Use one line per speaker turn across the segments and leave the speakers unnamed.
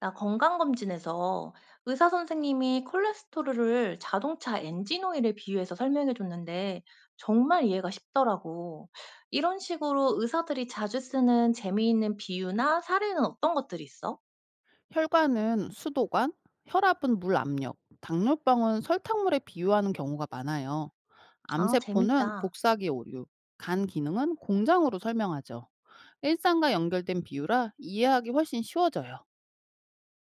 나 건강검진에서 의사 선생님이 콜레스테롤을 자동차 엔진 오일에 비유해서 설명해 줬는데 정말 이해가 쉽더라고. 이런 식으로 의사들이 자주 쓰는 재미있는 비유나 사례는 어떤 것들이 있어?
혈관은 수도관, 혈압은 물 압력, 당뇨병은 설탕물에 비유하는 경우가 많아요.
아,
암세포는
재밌다.
복사기 오류, 간 기능은 공장으로 설명하죠. 일상과 연결된 비유라 이해하기 훨씬 쉬워져요.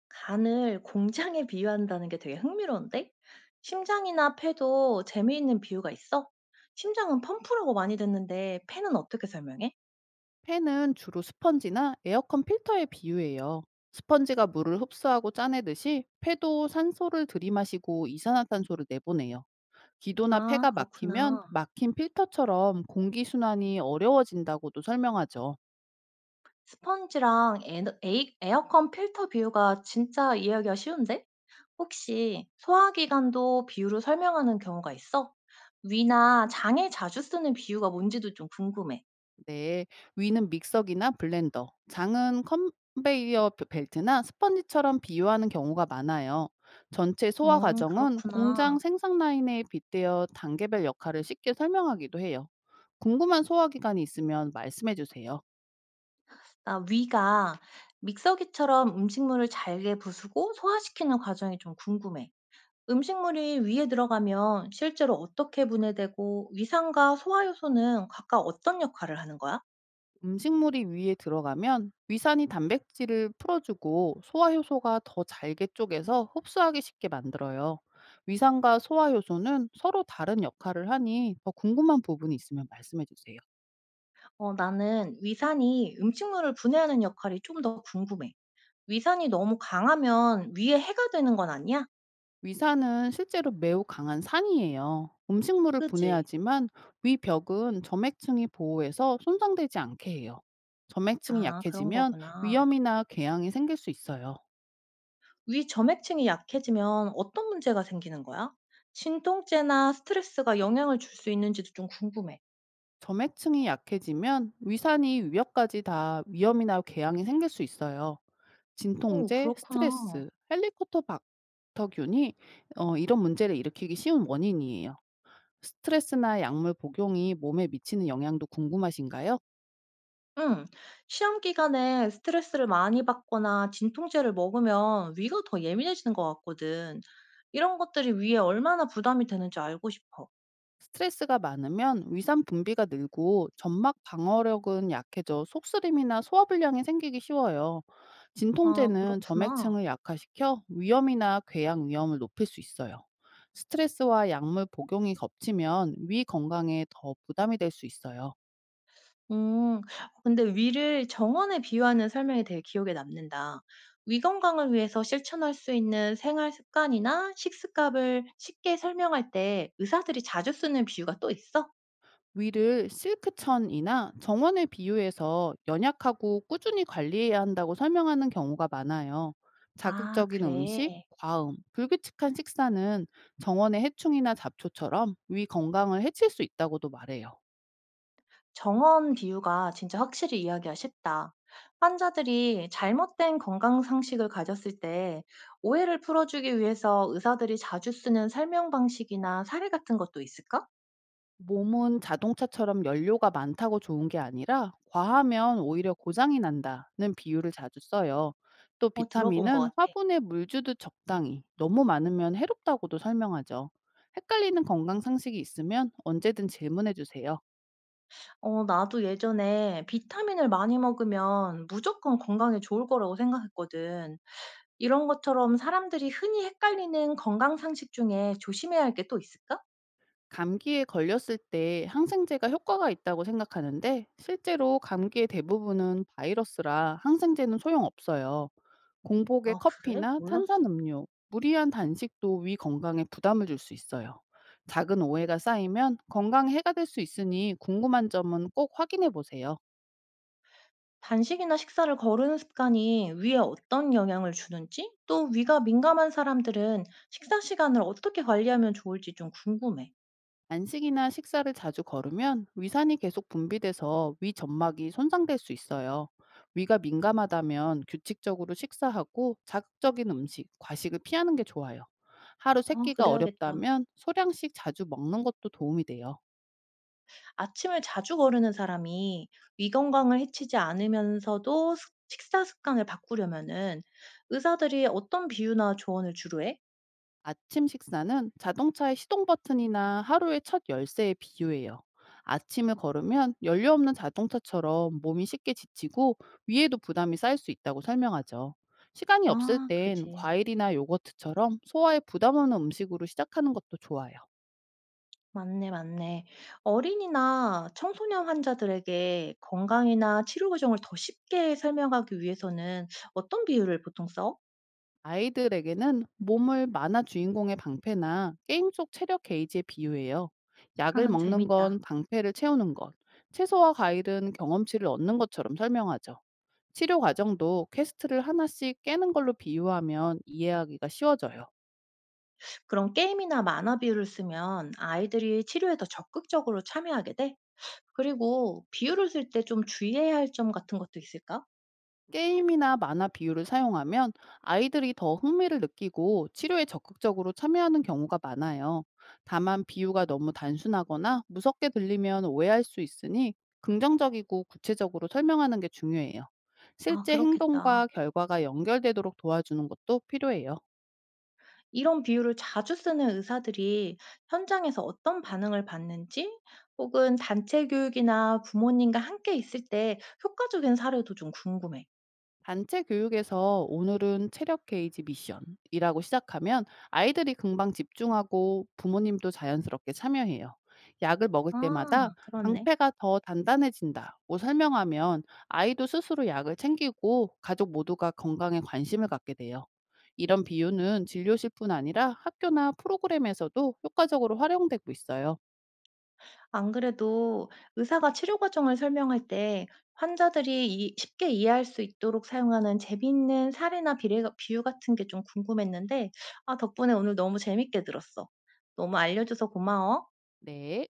간을 공장에 비유한다는 게 되게 흥미로운데? 심장이나 폐도 재미있는 비유가 있어? 심장은 펌프라고 많이 듣는데 폐는 어떻게 설명해?
팬은 주로 스펀지나 에어컨 필터에 비유해요. 스펀지가 물을 흡수하고 짜내듯이 폐도 산소를 들이마시고 이산화탄소를 내보내요. 기도나
아,
폐가 막히면
그렇구나.
막힌 필터처럼 공기순환이 어려워진다고도 설명하죠.
스펀지랑 에 에이 에어컨 필터 비유가 진짜 이해하기가 쉬운데 혹시 소화기관도 비유로 설명하는 경우가 있어? 위나 장에 자주 쓰는 비유가 뭔지도 좀 궁금해.
네, 위는 믹서기나 블렌더, 장은 벨트나 스펀지처럼 비유하는 경우가 많아요. 전체 소화 과정은 공장
그렇구나.
생산 라인에 빗대어 단계별 역할을 쉽게 설명하기도 해요. 궁금한 소화 기관이 있으면 말씀해 주세요.
나 위가 믹서기처럼 음식물을 잘게 부수고 소화시키는 과정이 좀 궁금해. 음식물이 위에 들어가면 실제로 어떻게 분해되고 위상과 소화 효소는 각각 어떤 역할을 하는 거야?
음식물이 위에 들어가면 위산이 단백질을 풀어주고 소화 효소가 더 잘게 쪼개서 흡수하기 쉽게 만들어요. 위산과 소화 효소는 서로 다른 역할을 하니 더 궁금한 부분이 있으면 말씀해 주세요.
어, 나는 위산이 음식물을 분해하는 역할이 좀 더 궁금해. 위산이 너무 강하면 위에 해가 되는 건 아니야?
위산은 실제로 매우 강한 산이에요. 음식물을
그지?
분해하지만 위 벽은 점액층이 보호해서 손상되지 않게 해요. 점액층이
아, 그런
약해지면
거구나.
위염이나 궤양이 생길 수 있어요.
위 점액층이 약해지면 어떤 문제가 생기는 거야? 진통제나 스트레스가 영향을 줄 수 있는지도 좀 궁금해.
점액층이 약해지면 위산이 위벽까지 다 위염이나 궤양이 생길 수 있어요.
오,
진통제,
그렇구나.
스트레스, 헬리코토박터균이 이런 문제를 일으키기 쉬운 원인이에요. 스트레스나 약물 복용이 몸에 미치는 영향도 궁금하신가요?
응. 시험 기간에 스트레스를 많이 받거나 진통제를 먹으면 위가 더 예민해지는 것 같거든. 이런 것들이 위에 얼마나 부담이 되는지 알고 싶어.
스트레스가 많으면 위산 분비가 늘고 점막 방어력은 약해져 속쓰림이나 소화불량이 생기기 쉬워요.
아,
진통제는
그렇구나.
점액층을 약화시켜 위염이나 궤양 위험을 높일 수 있어요. 스트레스와 약물 복용이 겹치면 위 건강에 더 부담이 될 수 있어요.
음. 근데 위를 정원에 비유하는 설명이 되게 기억에 남는다. "위 건강을 위해서 실천할 수 있는 생활 습관이나 식습관을 쉽게 설명할 때 의사들이 자주 쓰는 비유가 또 있어?"
위를 실크천이나 정원에 비유해서 연약하고 꾸준히 관리해야 한다고 설명하는 경우가 많아요.
아
자극적인 음식,
그래.
과음, 불규칙한 식사는 정원의 해충이나 잡초처럼 위 건강을 해칠 수 있다고도 말해요.
정원 비유가 진짜 확실히 이야기가 쉽다. 환자들이 잘못된 건강 상식을 가졌을 때 오해를 풀어주기 위해서 의사들이 자주 쓰는 설명 방식이나 사례 같은 것도 있을까?
몸은 자동차처럼 연료가 많다고 좋은 게 아니라 과하면 오히려 고장이 난다는 비유를 자주 써요. 또
어 들어본 것
비타민은
같아.
화분에 물 주듯 적당히, 너무 많으면 해롭다고도 설명하죠. 헷갈리는 건강 상식이 있으면 언제든 질문해 주세요.
어 나도 예전에 비타민을 많이 먹으면 무조건 건강에 좋을 거라고 생각했거든. 이런 것처럼 사람들이 흔히 헷갈리는 건강 상식 중에 조심해야 할 게 또 있을까?
감기에 걸렸을 때 항생제가 효과가 있다고 생각하는데 실제로 감기의 대부분은 바이러스라 항생제는 소용없어요. 공복에
아, 그래?
커피나
몰랐어.
탄산음료, 무리한 단식도 위 건강에 부담을 줄 수 있어요. 작은 오해가 쌓이면 건강에 해가 될 수 있으니 궁금한 점은 꼭 확인해 보세요.
단식이나 식사를 거르는 습관이 위에 어떤 영향을 주는지, 또 위가 민감한 사람들은 식사 시간을 어떻게 관리하면 좋을지 좀 궁금해.
단식이나 식사를 자주 거르면 위산이 계속 분비돼서 위 점막이 손상될 수 있어요. 위가 민감하다면 규칙적으로 식사하고 자극적인 음식, 과식을 피하는 게 좋아요. 하루
아,
세끼가
그래야겠다.
어렵다면 소량씩 자주 먹는 것도 도움이 돼요.
아침을 자주 거르는 사람이 위 건강을 해치지 않으면서도 습 식사 습관을 바꾸려면은 의사들이 어떤 비유나 조언을 주로 해?
아침 식사는 자동차의 시동 버튼이나 하루의 첫 열쇠에 비유해요. 아침을 걸으면 연료 없는 자동차처럼 몸이 쉽게 지치고 위에도 부담이 쌓일 수 있다고 설명하죠. 시간이 없을
아
땐
그지.
과일이나 요거트처럼 소화에 부담 없는 음식으로 시작하는 것도 좋아요.
맞네, 맞네. 어린이나 청소년 환자들에게 건강이나 치료 과정을 더 쉽게 설명하기 위해서는 어떤 비유를 보통 써?
아이들에게는 몸을 만화 주인공의 방패나 게임 속 체력 게이지에 비유해요. 약을 먹는
재밌다.
건 방패를 채우는 것, 채소와 과일은 경험치를 얻는 것처럼 설명하죠. 치료 과정도 퀘스트를 하나씩 깨는 걸로 비유하면 이해하기가 쉬워져요.
그럼 게임이나 만화 비유를 쓰면 아이들이 치료에 더 적극적으로 참여하게 돼? 그리고 비유를 쓸 때 좀 주의해야 할 점 같은 것도 있을까?
게임이나 만화 비유를 사용하면 아이들이 더 흥미를 느끼고 치료에 적극적으로 참여하는 경우가 많아요. 다만 비유가 너무 단순하거나 무섭게 들리면 오해할 수 있으니 긍정적이고 구체적으로 설명하는 게 중요해요.
아
실제
그렇겠다.
행동과 결과가 연결되도록 도와주는 것도 필요해요.
이런 비유를 자주 쓰는 의사들이 현장에서 어떤 반응을 받는지, 혹은 단체 교육이나 부모님과 함께 있을 때 효과적인 사례도 좀 궁금해.
단체 교육에서 오늘은 체력 게이지 미션이라고 시작하면 아이들이 금방 집중하고 부모님도 자연스럽게 참여해요. 약을 먹을 때마다
아, 그렇네.
방패가 더 단단해진다고 설명하면 아이도 스스로 약을 챙기고 가족 모두가 건강에 관심을 갖게 돼요. 이런 비유는 진료실뿐 아니라 학교나 프로그램에서도 효과적으로 활용되고 있어요.
안 그래도 의사가 치료 과정을 설명할 때 환자들이 이 쉽게 이해할 수 있도록 사용하는 재미있는 사례나 비례 비유 같은 게 좀 궁금했는데, 아 덕분에 오늘 너무 재밌게 들었어. 너무 알려줘서 고마워.
네.